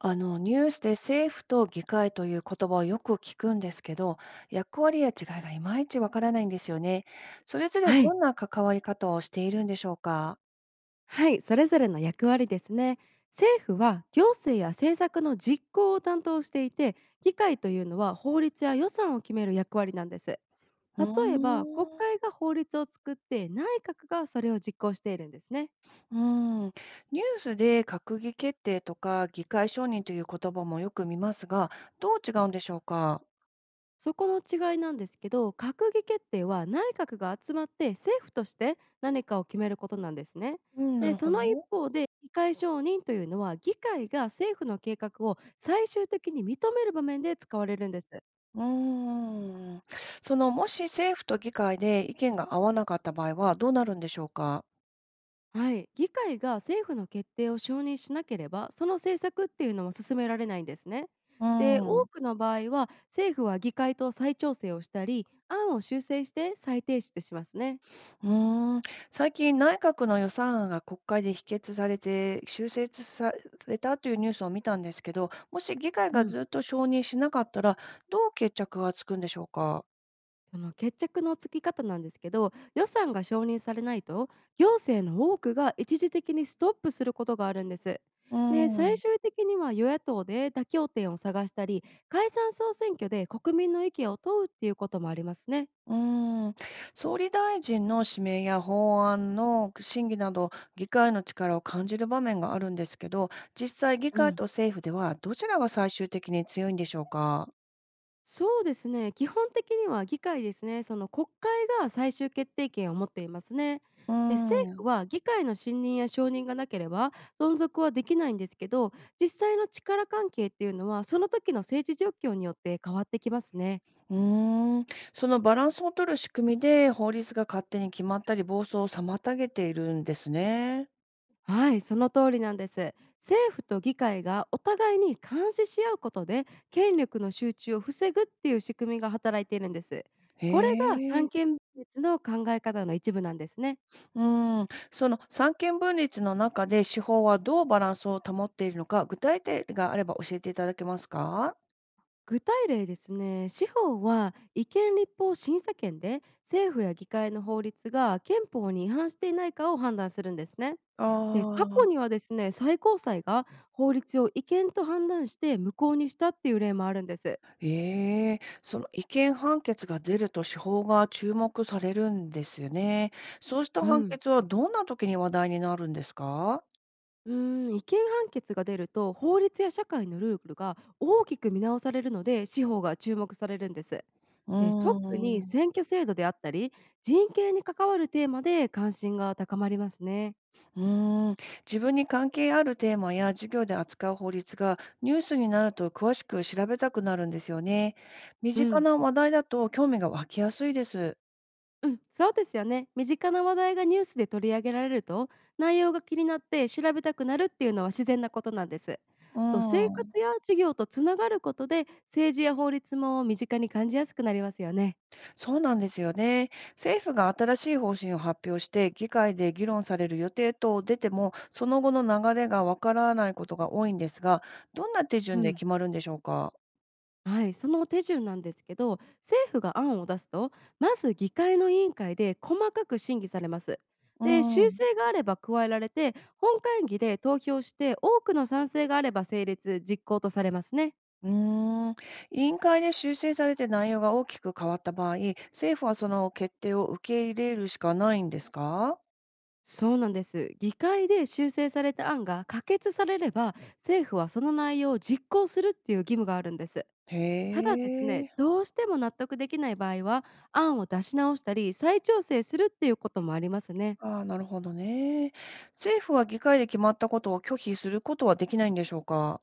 ニュースで政府と議会という言葉をよく聞くんですけど、役割や違いがいまいちわからないんですよね。それぞれはどい、んな関わり方をしているんでしょうか。はい、それぞれの役割ですね。政府は行政や政策の実行を担当していて、議会というのは法律や予算を決める役割なんです。うーん、例えば、国会が法律を作って、内閣がそれを実行しているんですね。うん、ニュースで閣議決定とか議会承認という言葉もよく見ますが、どう違うんでしょうか。そこの違いなんですけど、閣議決定は内閣が集まって政府として何かを決めることなんですね。うん、なで、るほその一ど。方で議会承認というのは議会が政府の計画を最終的に認める場面で使われるんです。うーん、そのもし政府と議会で意見が合わなかった場合はどうなるんでしょうか。はい、議会が政府の決定を承認しなければ、その政策っていうのも進められないんですね。うで、多ん。くの場合は政府は議会と再調整をしたり、案を修正して再提出しますね。うーん、最近、内閣の予算案が国会で否決されて、修正されたというニュースを見たんですけど、もし議会うがん、ずっと承認しなかったら、どう決着がつくんでしょうか。その決着のつき方なんですけど、予算が承認されないと行政の多くが一時的にストップすることがあるんです。うで、ー最ん、終的には与野党で妥協点を探したり、解散総選挙で国民の意見を問うっていうこともありますね。うーん、総理大臣の指名や法案の審議など、議会の力を感じる場面があるんですけど、実際、議う会ん、と政府ではどちらが最終的に強いんでしょうか。そうですね。基本的には議会ですね。その国会が最終決定権を持っていますね。うーで、政府ん。は議会の信任や承認がなければ存続はできないんですけど、実際の力関係っていうのはその時の政治状況によって変わってきますね。うーん、そのバランスを取る仕組みで、法律が勝手に決まったり、暴走を妨げているんですね。はい、その通りなんです。政府と議会がお互いに監視し合うことで権力の集中を防ぐっていう仕組みが働いているんです。へこれがえ。三権別の考え方の一部なんですね。うん、その三権分立の中で、司法はどうバランスを保っているのか、具体例があれば教えていただけますか？具体例ですね。司法は違憲立法審査権で政府や議会の法律が憲法に違反していないかを判断するんですね。あで、過去あ、にはですね、最高裁が法律を違憲と判断して無効にしたっていう例もあるんです。ええ、その違憲判決が出ると司法が注目されるんですよね。そうしたう判ん。決はどんな時に話題になるんですか？うー違憲判決が出ると、法律や社会のルールが大きく見直されるので、司法が注目されるんです。うで、特にーん。選挙制度であったり、人権に関わるテーマで関心が高まりますね。うーん、自分に関係あるテーマや授業で扱う法律がニュースになると詳しく調べたくなるんですよね。身う近んな話題だと興味が湧きやすいです。うん、そうですよね。身近な話題がニュースで取り上げられると、内容が気になって調べたくなるっていうのは自然なことなんです。うーと、生活ん、や事業とつながることで、政治や法律も身近に感じやすくなりますよね。そうなんですよね。政府が新しい方針を発表して議会で議論される予定と出てもその後の流れがわからないことが多いんですが、どんな手う順でん、決まるんでしょうか？はい、その手順なんですけど、政府が案を出すと、まず議会の委員会で細かく審議されます。うで、ー修ん。正があれば加えられて、本会議で投票して、多くの賛成があれば成立、実行とされますね。うーん、委員会で修正されて内容が大きく変わった場合、政府はその決定を受け入れるしかないんですか。そうなんです。議会で修正された案が可決されれば、政府はその内容を実行するっていう義務があるんです。たへだですね、え、どうしても納得できない場合は、案を出し直したり、再調整するっていうこともありますね。ああ、なるほどね。政府は議会で決まったことを拒否することはできないんでしょうか。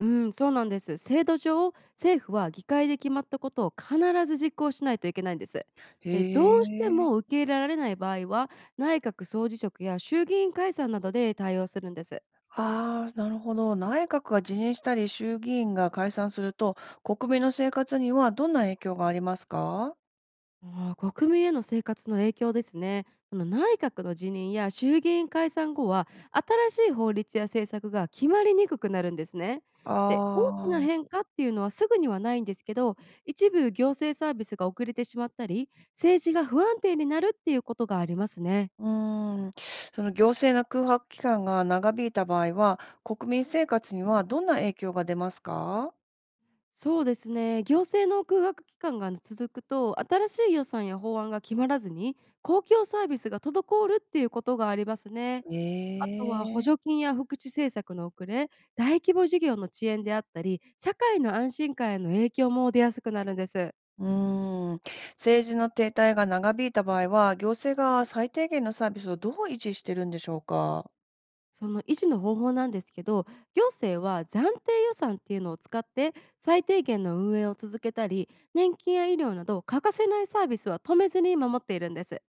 うん、そうなんです。制度上、政府は議会で決まったことを必ず実行しないといけないんです。へで、どうしてもえ、受け入れられない場合は、内閣総辞職や衆議院解散などで対応するんです。ああ、なるほど。内閣が辞任したり、衆議院が解散すると、国民の生活にはどんな影響がありますか。あー、国民への生活の影響ですね。あの、内閣の辞任や衆議院解散後は、新しい法律や政策が決まりにくくなるんですね。で、大きあなあー。変化っていうのはすぐにはないんですけど、一部行政サービスが遅れてしまったり、政治が不安定になるっていうことがありますね。うーん、その行政の空白期間が長引いた場合は、国民生活にはどんな影響が出ますか？そうですね。行政の空白期間が続くと、新しい予算や法案が決まらずに、公共サービスが滞るっていうことがありますね。えあとは補え。助金や福祉政策の遅れ、大規模事業の遅延であったり、社会の安心感への影響も出やすくなるんです。うーん、政治の停滞が長引いた場合は、行政が最低限のサービスをどう維持してるんでしょうか？その維持の方法なんですけど、行政は暫定予算っていうのを使って最低限の運営を続けたり、年金や医療など欠かせないサービスは止めずに守っているんです。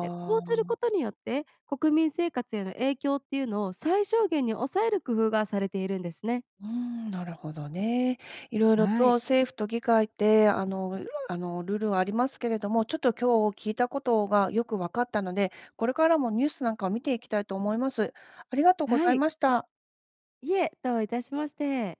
で、こうするあ。ことによって国民生活への影響っていうのを最小限に抑える工夫がされているんですね。うーん、なるほどね。いろいろはとい。政府と議会って、ルールはありますけれども、ちょっと今日聞いたことがよく分かったので、これからもニュースなんかを見ていきたいと思います。ありがとうごはざいい。ました。いえ、どういたしまして。